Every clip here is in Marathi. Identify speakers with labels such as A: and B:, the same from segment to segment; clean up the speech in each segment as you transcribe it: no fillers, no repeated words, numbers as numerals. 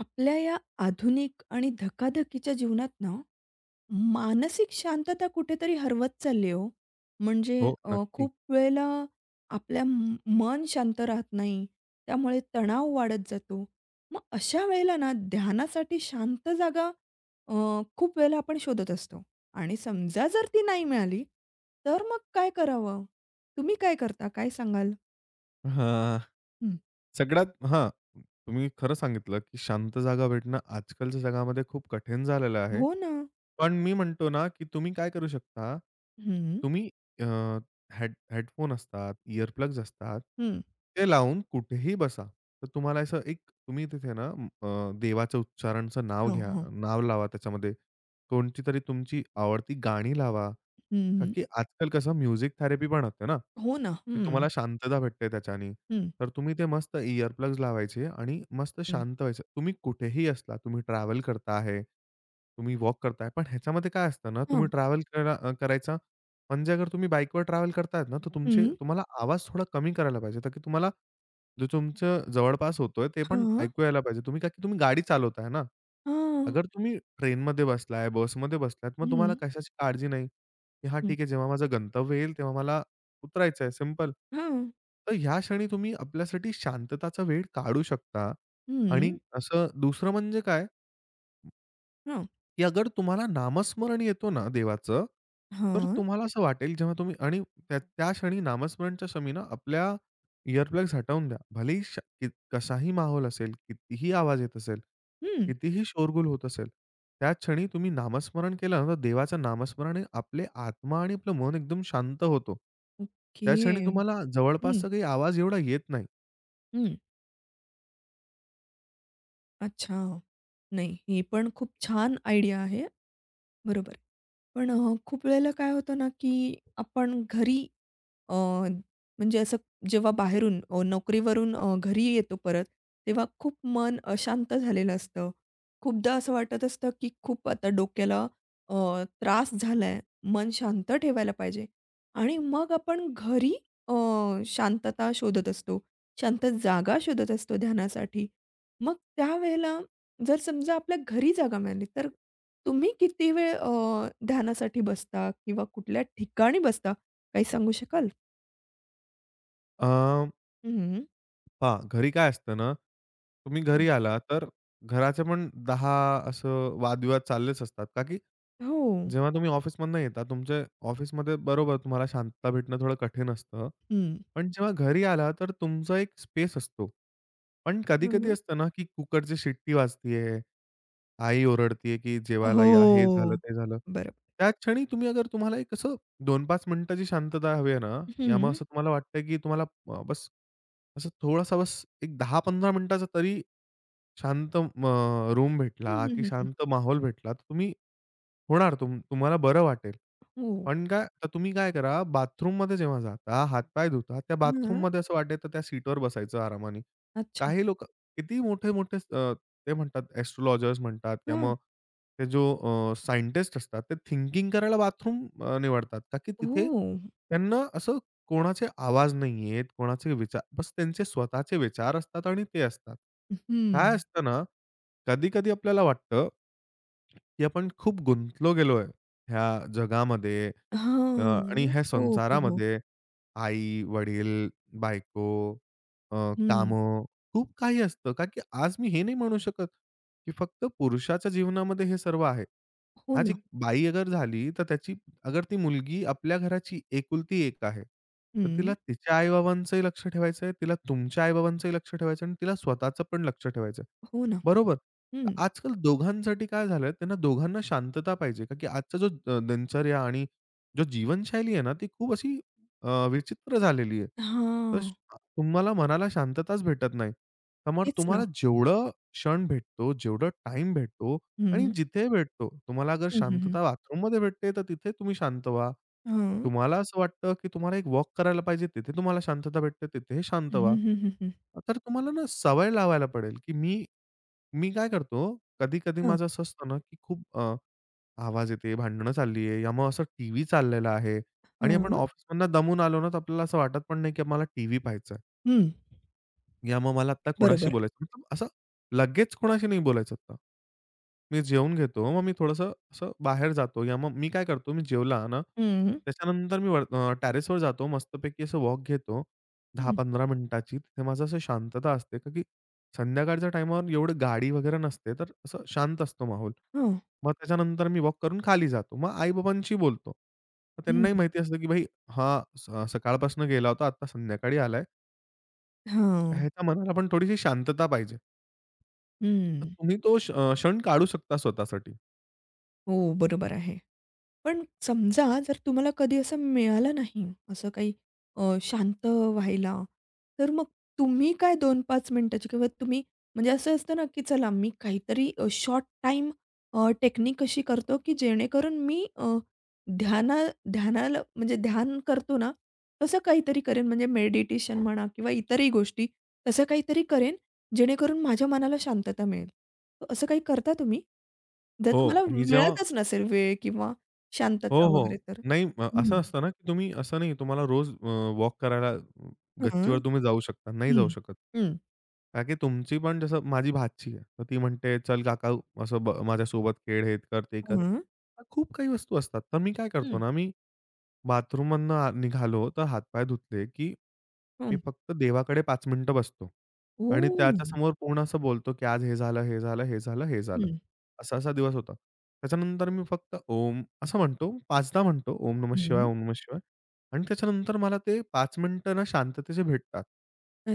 A: आपल्या या आधुनिक आणि धकाधकीच्या जीवनात ना, मानसिक शांतता कुठेतरी हरवत चालली हो. म्हणजे
B: हो, नक्की.
A: खूप वेळेला आपल्या मन शांत राहत नाही. त्यामुळे तणाव वाढत जातो. मग अशा वेळेला ना, ध्यानासाठी शांत जागा अ, खूप वेळेला आपण शोधत असतो आणि समजा जर ती नाही मिळाली, तर मग काय करावं? तुम्ही काय करता? काय सांगाल?
B: हां.
A: हं.
B: सगळ्यात हां, तुम्ही खरं सांगितलं, की शांत जागा भेटणं आजकालच्या जगामध्ये खूप कठीण झालेलं आहे.
A: हो ना.
B: पण मी म्हणतो ना, की तुम्ही काय करू शकता,
A: हं, हं.
B: तुम्ही अ, हेडफोन असतात, इअर प्लग्स असतात,
A: हं,
B: ते लावून कुठेही बसा. तर तुम्हाला असं एक तुम्ही तिथे ना देवाचं उच्चारणचं नाव घ्या,
A: हं.
B: नाव लावा त्याच्यामध्ये. कोणतीतरी तुमची आवडती गाणी लावा.
A: हं,
B: का
A: हं.
B: की आजकाल कसं म्युझिक थेरपी पण असते ना,
A: हो ना.
B: की तुम्हाला शांतता भेटते त्याच्यानी.
A: हं.
B: तर तुम्ही ते मस्त इअर प्लग्स लावायचे आणि मस्त
A: हं.
B: शांत व्हायचं. तुम्ही कुठेही असला, तुम्ही ट्रॅव्हल करता आहे, तुम्ही वॉक करताय. पण ह्याच्यामध्ये काय असतं ना, तुम्ही
A: हां.
B: ट्रॅव्हल करा करायचा म्हणजे अगर तुम्ही बाईकवर ट्रॅव्हल करतायत ना, तर तुमचे
A: हं.
B: तुम्हाला आवाज थोडा कमी करायला पाहिजे. तर की तुम्हाला जो तुमचं जवळपास होतोय ते पण
A: हां.
B: ऐकू यायला पाहिजे. तुम्ही का की तुम्ही गाडी चालवताय ना.
A: हां.
B: अगर तुम्ही ट्रेनमध्ये बसलाय, बसमध्ये बसलात, मग
A: हं.
B: तुम्हाला कशाची काळजी नाही. की "हां,
A: हं.
B: ठीक आहे. जेव्हा माझं गंतव्य येईल, तेव्हा मला उतरायचं आहे." सिंपल.
A: हां.
B: तर ह्या क्षणी तुम्ही आपल्यासाठी शांतताचा वेळ काढू शकता
A: हं.
B: आणि असं दुसरं म्हणजे काय
A: हां.
B: की अगर तुम्हाला नामस्मरण येतो ना देवाचं, तर
A: हां.
B: तुम्हाला असं वाटेल जेव्हा तुम्ही आणि त्या त्या क्षणी नामस्मरणच्या क्षमी आपल्या इअरप्लग्स हटवून द्या. भलेही कसाही माहोल असेल, कितीही आवाज येत असेल,
A: हं.
B: कितीही शोरगुल होत असेल, त्या क्षणी तुम्ही नामस्मरण केलं ना, तर देवाचं नामस्मरण हे आपले आत्मा आणि आपलं मन एकदम शांत होतो. त्या
A: ओके.
B: क्षणी तुम्हाला
A: हं.
B: जवळपासचा काही आवाज एवढा येत नाही.
A: हं. अच्छा. नाही, ही पण खूप छान आयडिया आहे. बरोबर. पण खूप वेळेला काय होतं ना, की आपण घरी अ, म्हणजे असं जेव्हा बाहेरून नोकरीवरून घरी येतो परत, तेव्हा खूप मन अशांत झालेलं असतं. खूपदा असं वाटत असतं, की खूप आता डोक्याला अ, त्रास झालाय, मन शांत ठेवायला पाहिजे आणि मग आपण घरी अ, शांतता शोधत असतो. शांत जागा शोधत असतो ध्यानासाठी. मग त्यावेळेला जर समजा आपल्या घरी जागा मिळाली, तर तुम्ही किती वेळ ध्यानासाठी बसता किंवा कुठल्या ठिकाणी बसता? काही सांगू शकाल? हं,
B: पहा, घरी काय असतं ना, तुम्ही
A: हो.
B: घरी आला तर घराचे पण 10 असं वादविवाद चाललेच असतात. का की
A: हो.
B: जेव्हा तुम्ही ऑफिसमधनं येता, तुमचे ऑफिसमध्ये बरोबर तुम्हाला शांतता भेटणं थोडं कठीण असतं.
A: हं.
B: पण जेव्हा घरी आला तर तुमचा एक स्पेस असतो. पण कधी-कधी
A: हं,
B: असतं ना, की कुकरची शिट्टी वाजतीये, आई ओरडतीये, की जेवायला या, हे झालं,
A: हो.
B: ते झालं.
A: बरोबर.
B: त्या क्षणी तुम्ही अगर तुम्हाला एक असं 2-5 मिनिटाची शांतता हवी आहे ना, या मग
A: हं.
B: असं तुम्हाला वाटतं, की तुम्हाला बस असं थोडासा बस एक 10-15 मिनिटाचा तरी शांत रूम
A: हं,
B: भेटला,
A: हं,
B: की
A: हं, हं.
B: शांत माहोल भेटला, तर तुम्ही होणार तुम्हाला बरं वाटेल.
A: हो.
B: पण काय तर तुम्ही काय करा, बाथरूममध्ये जेव्हा जाता, हात धुता, त्या
A: हां.
B: बाथरूममध्ये असं वाटेल तर त्या सीटवर बसायचं आरामाने.
A: अच्छा.
B: काही लोकं किती मोठे-मोठे ते म्हणतात एस्ट्रोलॉजर्स म्हणतात किंवा
A: हां.
B: मग ते जो सायंटिस्ट असतात ते थिंकिंग करायला बाथरूम निवडतात. का की तिथे
A: हो.
B: त्यांना असं कोणाचे आवाज नाही आहेत, कोणाचे विचार बस त्यांचे स्वतःचे विचार असतात आणि ते असतात. काय
A: हं.
B: असतं ना, कधी-कधी आपल्याला वाटतं, की आपण खूप गुंतलो गेलोय ह्या जगामध्ये
A: हां,
B: आणि
A: ना.
B: ह्या
A: हो, हो, हो.
B: संसारामध्ये आई, वडील, बायको, अ,
A: हं.
B: खूप काही असतं का की आज मी हे नाही म्हणू शकत, की फक्त पुरुषाच्या जीवनामध्ये हे सर्व आहे.
A: हो
B: आज
A: ना.
B: एक बाई अगर झाली, तर त्याची अगर ती मुलगी आपल्या घराची एकुलती एक आहे, तर
A: हं.
B: तिला तिच्या आई-बाबांचंही लक्ष ठेवायचं आहे, तिला तुमच्या आई-बाबांचंही लक्ष ठेवायचं आहे आणि तिला स्वतःचं पण लक्ष ठेवायचं आहे.
A: हो ना.
B: बरोबर?
A: हं.
B: तर आजकाल दोघांसाठी काय झालंय, त्यांना दोघांना शांतता पाहिजे का की आजचा जो दिनचर्या आणि जो जीवनशैली आहे ना, ती खूप अशी विचित्र झालेली आहे. तर
A: हां.
B: तुम्हाला मनाला शांतताच भेटत नाही. समोर
A: तेच ना.
B: तुम्हाला जेवढं क्षण भेटतो, जेवढं टाइम भेटतो आणि
A: हं.
B: जिथे भेटतो, तुम्हाला अगर
A: हं, हं, हं.
B: शांतता बाथरूममध्ये भेटते, तर तिथे तुम्ही शांत व्हा.
A: हां.
B: तुम्हाला असं वाटतं, की तुम्हाला एक वॉक करायला पाहिजे, तिथे तुम्हाला शांतता भेटते, तिथे शांत
A: हं,
B: व्हा.
A: हं, हं, हं. हं.
B: तर तुम्हाला ना सवय लावायला पडेल, की मी मी काय करतो, कधी-कधी
A: हां.
B: माझं असं असतं ना, की खूप आवाज येते, भांडणं चालली आहे, या मग असं टीव्ही चाललेला आहे आणि आपण
A: हां.
B: ऑफिसमधनं दमून आलो ना, तर आपल्याला असं वाटत पण नाही, की आम्हाला टीव्ही पाहायचा,
A: हं.
B: या मग मला आता कोणाशी
A: बरोबर.
B: बोलायचं मतलब असं लगेच कोणाशी नाही बोलायचं आता. मी जेवून घेतो. मग मी थोडंसं असं बाहेर जातो, या मग मी काय करतो, मी जेवला ना,
A: हं.
B: त्याच्यानंतर मी वर टेरेसवर जातो मस्तपैकी असं वॉक घेतो
A: हं.
B: 10-15 मिनिटाची. तिथे माझं असं शांतता असते का की संध्याकाळच्या टाईमावर एवढं गाडी वगैरे नसते, तर असं शांत असतो माहोल.
A: हां.
B: मग त्याच्यानंतर मी वॉक करून खाली जातो. मग आई-बाबांशी बोलतो. मग
A: हं.
B: त्यांनाही माहिती असतं की भाई हा सकाळपासून गेला होता, आता संध्याकाळी आलाय.
A: हां.
B: ह्याच्या मनाला पण थोडीशी शांतता पाहिजे. तर
A: हं.
B: तुम्ही तो क्षण काढू शकता स्वतःसाठी.
A: हो, बरोबर आहे. पण समजा जर तुम्हाला कधी असं मिळालं नाही, असं काही शांत व्हायला, तर मग तुम्ही काय 2-5 मिनिटाची किंवा तुम्ही म्हणजे असं असतं ना, की चला मी काहीतरी शॉर्ट टाईम टेक्निक अशी करतो, की जेणेकरून मी ध्याना ध्यानाला म्हणजे ध्यान करतो ना, तसं काहीतरी करेन म्हणजे मेडिटेशन म्हणा किंवा इतरही गोष्टी तसं काहीतरी करेन, जेणेकरून माझ्या मनाला शांतता मिळेल. तर असं काही करता तुम्ही? जर
B: हो,
A: तुम्हाला
B: मी जेव्हा
A: मिळतच नसेल वेळ किंवा
B: हो,
A: शांतता
B: हो.
A: वगैरे तर.
B: नाही,
A: हं,
B: असं असतं ना, की तुम्ही असं नाही तुम्हाला रोज वॉक करायला
A: हां.
B: गच्चीवर तुम्ही जाऊ शकता. नाही
A: हं,
B: जाऊ शकत.
A: हं.
B: कारण की तुमची पण जसं माझी भाची आहे. तर ती म्हणते, "चल काका असं माझ्यासोबत खेळ, हे कर, ते कर."
A: हां.
B: खूप काही वस्तू असतात. तर मी काय करतो
A: हं,
B: ना, मी बाथरूममधनं निघालो, तर हातपाय धुतले, की मी
A: हं.
B: फक्त देवाकडे 5 मिनिटं बसतो आणि
A: ओह!
B: त्याच्यासमोर पूर्ण असं बोलतो, की आज हे झालं, हे झालं, हे झालं, हे झालं.
A: हं.
B: असा-असा दिवस होता. त्याच्यानंतर मी फक्त ओम असं म्हणतो, 5दा म्हणतो, "ओम नमः शिवाय,
A: हं.
B: ओम नमः शिवाय." आणि त्याच्यानंतर मला ते 5 मिनिटं ना शांततेचे भेटतात.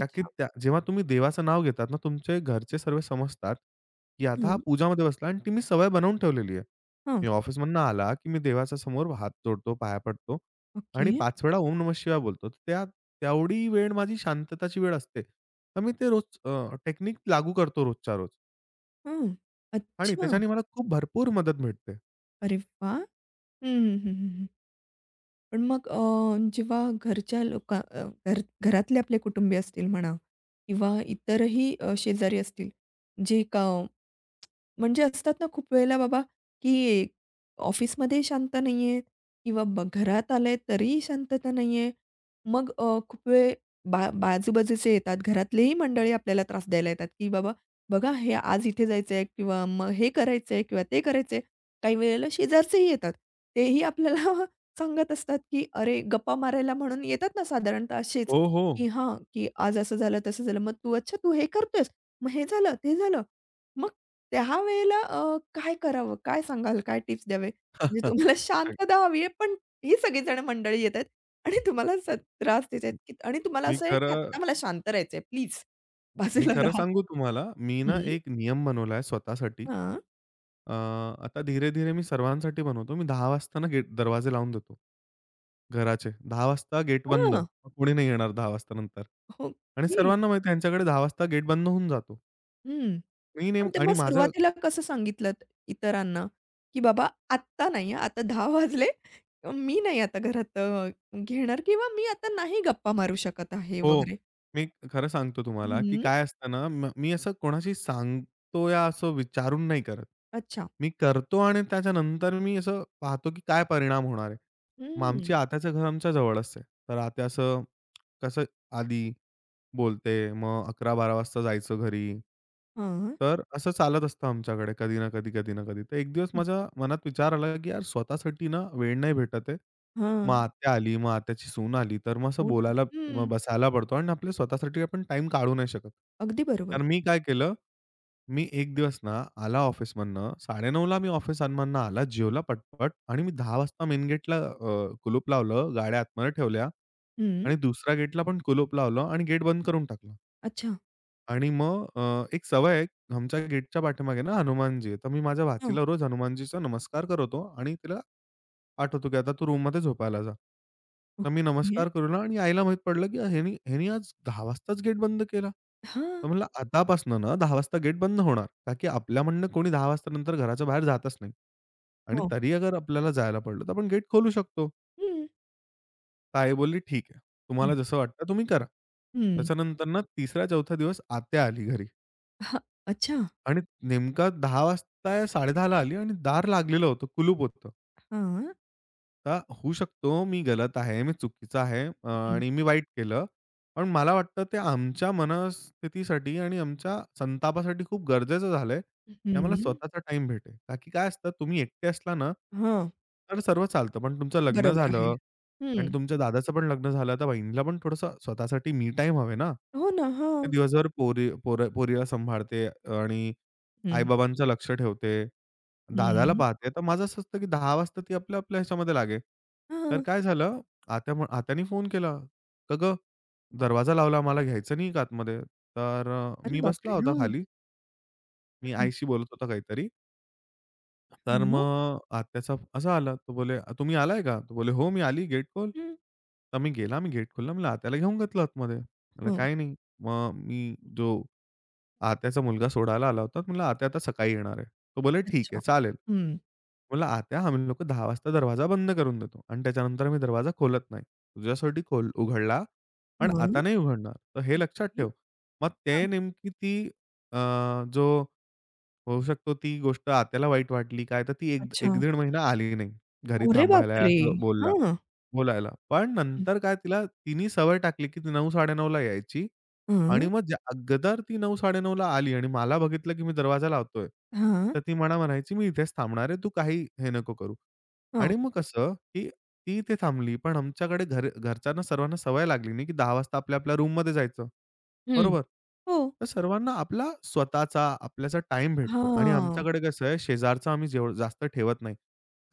B: का की त्या जेव्हा तुम्ही देवाचं नाव घेतात ना, तुमचे घरचे सर्व समजतात, की आता हा
A: हं.
B: पूजामध्ये बसला आणि ती मी सवय बनवून ठेवलेली आहे.
A: हां.
B: मी ऑफिसमधनं आला, की मी देवाच्या समोर हात जोडतो, पाया पडतो
A: ओके.
B: आणि हं. वेळा ओम नमः शिवाय बोलतो. तर त्या तेवढी वेळ माझी शांतताची वेळ असते. तर मी ते रोज टेक्निक लागू करतो रोजच्या रोज
A: हं.
B: आणि
A: अच्छा.
B: त्याच्याने मला खूप भरपूर मदत मिळते.
A: अरे वाह! हं, हं, हं, हं, हं. पण मग जेव्हा घरच्या लोका घरातले आपले कुटुंबीय असतील म्हणा किंवा इतरही शेजारी असतील, जे का म्हणजे असतात ना खूप वेळेला बाबा, की ऑफिसमध्ये शांत नाहीयेत किंवा घरात आले तरीही शांतता नाहीये. मग खूप वेळ बाजूबाजूचे येतात, घरातलेही मंडळी आपल्याला त्रास द्यायला येतात, की बाबा बघा हे आज इथे जायचंय किंवा मग हे करायचंय किंवा ते करायचंय. काही वेळेला शेजारचेही येतात. तेही आपल्याला सांगत असतात, की अरे गप्पा मारायला म्हणून येतात ना साधारणतः असेच,
B: हो, हो.
A: की हां, की आज असं झालं, तसं झालं. मग तू अच्छा तू हे करतोयस, मग हे झालं, ते झालं. मग त्यावेळेला काय करावं? काय सांगाल? काय टिप्स द्यावे? म्हणजे तुम्हाला
B: सांग.
A: शांतता हवी आहे, पण ही सगळीजण मंडळी येतायत आणि तुम्हाला असा त्रास देत आहेत, की आणि तुम्हाला
B: मी
A: असं आहे, की
B: खरं
A: "आत्ता मला शांत राहायचंय, प्लीज
B: मी
A: बाजूला
B: खरं
A: राहा."
B: सांगू तुम्हाला, मी ना
A: हं.
B: एक नियम बनवला स्वतःसाठी.
A: हां.
B: अ, आता धीरे-धीरे मी सर्वांसाठी बनवतो. मी 10:00 वाजता ना गेट दरवाजे लावून देतो. घराचे. 10:00 वाजता गेट बंद.
A: हां.
B: मग कोणी नाही येणार 10:00 वाजता नंतर. आणि
A: ओके.
B: सर्वांना माहिती आहे यांच्याकडे 10:00 वाजता गेट बंद होऊन जातो.
A: हं.
B: मी
A: पण
B: नेम
A: ते मग
B: आणि माझं
A: सुरुवातीला कसं सांगितलत इतरांना, की बाबा आत्ता नाही हां, आता 10 वाजले. मी नाही आता घरात घेणार किंवा मी आता नाही गप्पा मारू शकत आहे
B: हो.
A: वगैरे.
B: मी खरं सांगतो तुम्हाला, की
A: हं.
B: काय असतं ना, मी असं कोणाशी सांगतो या असं विचारून नाही करत.
A: अच्छा.
B: मी करतो आणि त्याच्यानंतर मी असं पाहतो, की काय परिणाम होणार आहे. मग
A: हं.
B: आमची आत्याचं घर आमच्या जवळच आहे. तर आत्या असं कसं आली बोलते. मग 11-12 वाजता जायचं घरी.
A: हां.
B: तर असं चालत असतं आमच्याकडे कधी ना कधी, कधी ना कधी. तर एक दिवस
A: हं.
B: माझ्या मनात विचार आला, की यार स्वतःसाठी ना वेळ नाही भेटत आहे. मग
A: हां.
B: आत्या आली, मग आत्याची सून आली, तर मग असं
A: हो ना.
B: बोलायला,
A: हं.
B: मग बसायला पडतो आणि आपल्या स्वतःसाठी आपण टाईम काढू नाही शकत.
A: अगदी बरोबर.
B: तर मी काय केलं, मी एक दिवस ना आला ऑफिसमधनं 9:30ला, मी ऑफिसमधनं आला, जेवला पटपट आणि मी 10 वाजता मेन गेटला कुलूप लावलं, गाड्या आतमध्ये ठेवल्या
A: हं.
B: आणि दुसऱ्या गेटला पण कुलूप लावलं आणि गेट बंद करून टाकलं.
A: अच्छा.
B: आणि मग एक सवय आहे. आमच्या गेटच्या पाठीमागे ना हनुमानजी आहे. तर मी माझ्या
A: हां.
B: भाचीला रोज हनुमानजीचा नमस्कार करवतो आणि तिला पाठवतो, की आता तू रूममध्ये झोपायला जा. तर मी
A: ओके.
B: नमस्कार करू ना, आणि आईला माहीत पडलं, की ह्यानी ह्यानी आज 10:00 वाजताच गेट बंद केला.
A: हां.
B: तर म्हणलं आतापासनं ना 10:00 वाजता गेट बंद होणार. का की आपल्या म्हणणं कोणी 10:00 वाजतानंतर घराच्या बाहेर जातच नाही. आणि
A: हो.
B: तरी अगर आपल्याला जायला पडलं, तर आपण गेट खोलू शकतो.
A: हं.
B: तर आई बोलली, "ठीक आहे.
A: हं.
B: तुम्हाला जसं वाटतं तुम्ही करा."
A: हं.
B: त्याच्यानंतर ना 3रा-4था दिवस आत्या आली घरी.
A: हां. अच्छा.
B: आणि नेमका 10 वाजता साड़े ला आली आणि दार लागलेलं होतं, कुलूप होतं.
A: हां.
B: आता होऊ शकतो मी गलत आहे, मी चुकीचा आहे
A: हं.
B: आणि मी वाईट केलं. पण मला वाटतं ते आमच्या मनस्थितीसाठी आणि आमच्या संतापासाठी खूप गरजेचं झालंय, की आम्हाला
A: हं.
B: स्वतःचा टाईम भेटेल. का की काय असतं तुम्ही एकटे असला ना,
A: हां.
B: तर सर्व चालतं. पण तुमचं लग्न
A: बरोबर आहे.
B: झालं आणि
A: हं.
B: तुमच्या दादाचं पण लग्न झालं, तर बहिणीला पण थोडंसं स्वतःसाठी मी टाईम हवे ना.
A: हो ना.
B: ते
A: हां.
B: दिवसभर पोरीला सांभाळते आणि
A: हं.
B: आई-बाबांचं लक्ष ठेवते. दादाला
A: हं.
B: पाहते. तर माझं असं असतं की 10 वाजता ती आपल्या-आपल्या ह्याच्यामध्ये लागे. तर
A: हां.
B: काय झालं, आत्यानी फोन केला. "का गं, दरवाजा लावला, मला घ्यायचं नाही का आतमध्ये?" तर
A: अरे
B: मी बसला
A: बापरे!
B: होता
A: हां.
B: खाली. मी
A: हं.
B: आईशी बोलत होता काहीतरी.
A: हं,
B: तर
A: मग?
B: मग आत्याचा असा आला. तो बोले, "तुम्ही आलाय का?" तो बोले, "हो, मी आली, गेट खोल."
A: हं.
B: तर मी गेला. मी गेट खोलला. म्हणलं, "आत्याला घेऊन घेतलं आतमध्ये." म्हणला,
A: हं.
B: "काही नाही." मग मी जो आत्याचा मुलगा सोडायला आला होता. म्हणलं, "आत्या आता सकाळी येणार आहे." तो बोले, "ठीक
A: अच्छा.
B: आहे, चालेल."
A: हं.
B: म्हणलं, "आत्या, आम्ही लोकं 10 वाजता दरवाजा बंद करून देतो आणि त्याच्यानंतर आम्ही दरवाजा खोलत नाही. तुझ्यासाठी खोल उघडला, पण
A: हं.
B: आता नाही उघडणार. तर हे लक्षात ठेव." मग ते
A: हां.
B: नेमकी ती अ, जो होऊ शकतो ती गोष्ट आत्याला वाईट वाटली काय, तर ती एक 1
A: अच्छा.
B: दीड महिना आली नाही. घरी
A: अरे
B: थांबायला आहे
A: बापरे!
B: असं बोलला.
A: हां.
B: बोलायला. पण
A: हं.
B: नंतर काय तिला तिनी सवय टाकली, की ती 9:00-9:30ला यायची आणि
A: हं.
B: मग ज्या अगोदर ती 9:00-9:30ला आली आणि मला बघितलं, की मी दरवाजा लावतोय,
A: हां.
B: तर ती मला म्हणायची, "मी इथेच थांबणार आहे, तू काही हे नको करू."
A: हां.
B: आणि मग कसं, की ती इथे थांबली. पण आमच्याकडे घरच्यांना सर्वांना सवय लागली नाही, की 10:00 वाजता आपल्या-आपल्या रूममध्ये जायचं.
A: हं.
B: बरोबर?
A: हो.
B: तर सर्वांना आपला स्वतःचा, आपल्याचा टाईम भेटतो आणि
A: हां.
B: आमच्याकडे कसं आहे, शेजारचा आम्ही जास्त ठेवत नाही.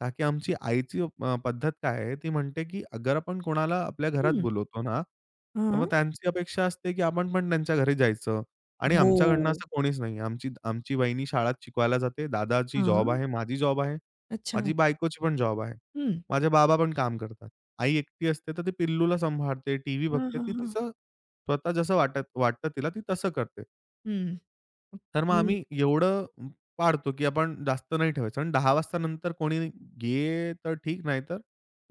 B: का की आमची आईची पद्धत काय आहे, ती म्हणते की अगर आपण कोणाला आपल्या घरात
A: हं.
B: बोलवतो ना, तर मग
A: हां.
B: त्यांची अपेक्षा असते की आपण पण त्यांच्या घरी जायचं आणि आमच्याकडनं
A: हो.
B: असं कोणीच नाही. आमची आमची वहिनी शाळेत शिकवायला जाते, दादाची
A: हां.
B: जॉब आहे, माझी जॉब आहे,
A: अच्छा.
B: माझी बायकोची पण जॉब आहे.
A: हं.
B: माझे बाबा पण काम करतात. आई एकटी असते, तर ती पिल्लूला सांभाळते, टीव्ही
A: हां,
B: बघते.
A: हां,
B: ती
A: हां.
B: तिचं स्वतः जसं वाटतं तिला, ती तसं करते.
A: हं.
B: तर मग
A: ओके.
B: आम्ही एवढं पाळतो, की आपण जास्त नाही ठेवायचं आणि 10 वाजता नंतर कोणी गेले तर ठीक, नाही तर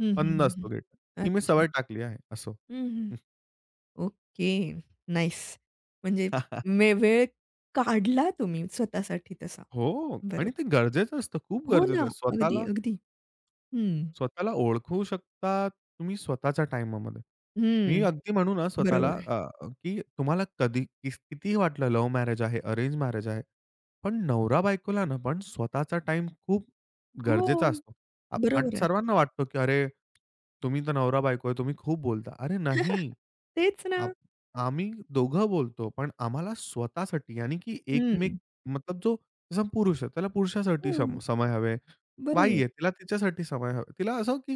A: हं, हं,
B: बंद
A: हं, हं.
B: असतो गेट. ही मी
A: अच्छा.
B: सवय टाकली आहे असं.
A: हं, हं. ओके. नाईस. म्हणजे मे वेळ काढला तुम्ही स्वतःसाठी तसा.
B: हो आणि
A: बरोबर.
B: ते गरजेचं असतं, खूप
A: हो ना.
B: गरजेचं आहे.
A: अगदी,
B: स्वतःला
A: अगदी. हं,
B: स्वतःला ओळखू शकता तुम्ही स्वतःच्या टाईमामध्ये. मी
A: हं.
B: अगदी म्हणू ना
A: बरोबर
B: स्वतःला
A: आहे.
B: की तुम्हाला कधी कितीही वाटलं लव्ह मॅरेज आहे, अरेंज मॅरेज आहे. पण नवरा-बायकोला ना पण स्वतःचा टाईम खूप
A: हो,
B: गरजेचा असतो. आप आज
A: बरोबर आहे.
B: सर्वांना वाटतो, की "अरे, तुम्ही तर नवरा-बायको आहे, तुम्ही खूप बोलता." अरे नाही,
A: तेच ना.
B: आप आम्ही दोघं बोलतो, पण आम्हाला स्वतःसाठी यानी की
A: हं.
B: एकमेक मतलब जो जसा पुरुष आहे, त्याला पुरुषासाठी
A: हं,
B: समय हवे. बाई
A: बरोबर.
B: आहे, तिला तिच्यासाठी समय हवे. तिला असं की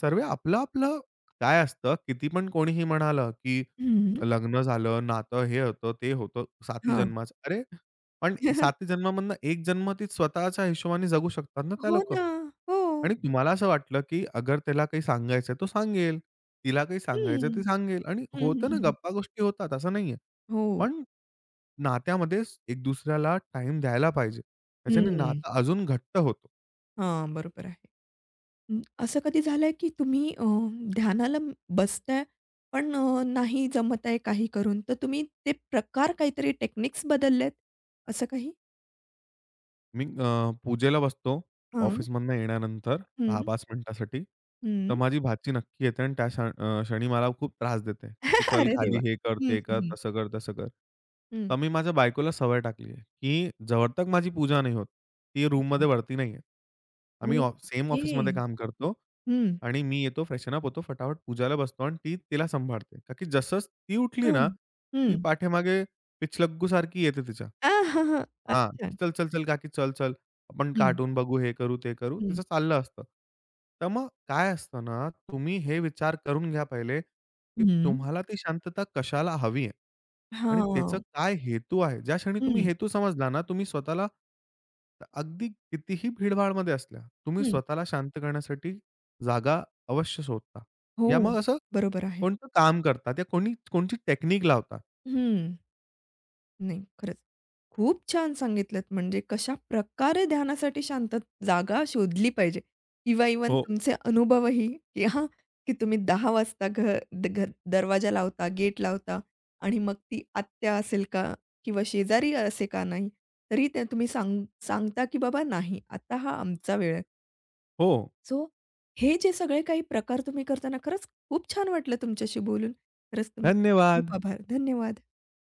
B: सर्व आपलं-आपलं काय असतं, किती पण कोणीही म्हणालं, की
A: हं.
B: लग्न झालं, नातं हे होतं, ते होतं, 7ही
A: हां.
B: जन्माचं. अरे, पण 7ही जन्मामधनं 1 जन्म ती स्वतःच्या हिशोबाने जगू शकतात ना त्या
A: हो
B: लोकं.
A: ना. हो.
B: आणि तुम्हाला असं वाटलं, की अगर त्याला काही सांगायचं तो सांगेल, तिला काही सांगायचं ती
A: हं.
B: सांगेल आणि
A: हं, हं,
B: होतं ना
A: हं, हं.
B: गप्पा-गोष्टी होतात, असं नाहीये.
A: हो.
B: पण नात्यामध्ये एक दुसऱ्याला टाईम द्यायला पाहिजे. त्याच्याने
A: हं.
B: नातं अजून घट्ट होतं.
A: हां, बरोबर आहे. हं, असं कधी झालंय की तुम्ही ध्यानाला बसताय, पण नाही जमत आहे काही करून, तर तुम्ही ते प्रकार काहीतरी टेक्निक्स बदलल्यात, असं काही?
B: मी पूजेला बसतो
A: हां.
B: ऑफिसमधनं येण्यानंतर
A: हं,
B: 10-5 मिनिटासाठी. तर
A: हं.
B: माझी भाची नक्की येते आणि त्या क्षणी मला खूप त्रास देते, की "तू चल
A: अरे
B: खाली,
A: देवा!
B: हे कर,
A: हं,
B: ते कर,
A: हं, हं.
B: तसं कर, तसं कर."
A: हं.
B: तर मी माझ्या बायकोला सवय टाकली आहे, की जवळतक माझी पूजा नाही होत. ती
A: अच्छा.
B: रूममध्ये वरती नाही येत. आम्ही ऑफ सेम
A: ओके.
B: ऑफिसमध्ये काम करतो.
A: हं.
B: आणि मी येतो, फ्रेशन अप होतो, फटाफट पूजाला बसतो आणि ती तिला सांभाळते. का की जसंच ती उठली
A: हं.
B: ना, ती
A: हं.
B: पाठीमागे पिछलग्गूसारखी येते तिच्या.
A: आ, हां, हां.
B: हां,
A: अच्छा.
B: की "चल, चल, चल काकी चल, चल. आपण
A: हं,
B: कार्टून बघू, हे करू, ते करू."
A: हं,
B: तिचं चाललं असतं. तर मग काय असतं ना, तुम्ही हे विचार करून घ्या पहिले, की
A: हं.
B: तुम्हाला ती शांतता कशाला हवी आहे आणि त्याचं
A: हां.
B: काय हेतू आहे. ज्या क्षणी तुम्ही
A: हं,
B: हेतू समजला ना, तुम्ही स्वतःला अगदी कितीही भीडभाडमध्ये असल्या, तुम्ही
A: हं.
B: स्वतःला शांत करण्यासाठी जागा अवश्य शोधता.
A: हो.
B: या मग असं
A: बरोबर आहे.
B: कोणतं काम करतात या कोणी कोणची टेक्निक लावतात.
A: हं. नाही, खरंच. खूप छान सांगितलत म्हणजे कशाप्रकारे ध्यानासाठी शांत जागा शोधली पाहिजे किंवा इव्हन
B: हो,
A: तुमचे अनुभवही की हां, की तुम्ही 10 वाजता दरवाजा लावता, गेट लावता आणि मग ती आत्या असेल का किंवा शेजारी असे का नाही, तरी ते तुम्ही सांगता की बाबा नाही, आता हा आमचा वेळ आहे.
B: हो.
A: सो हे जे सगळे काही प्रकार तुम्ही करताना खरंच खूप छान वाटलं तुमच्याशी बोलून. खरंच तुमचे खूप
B: धन्यवाद.
A: आभार. धन्यवाद.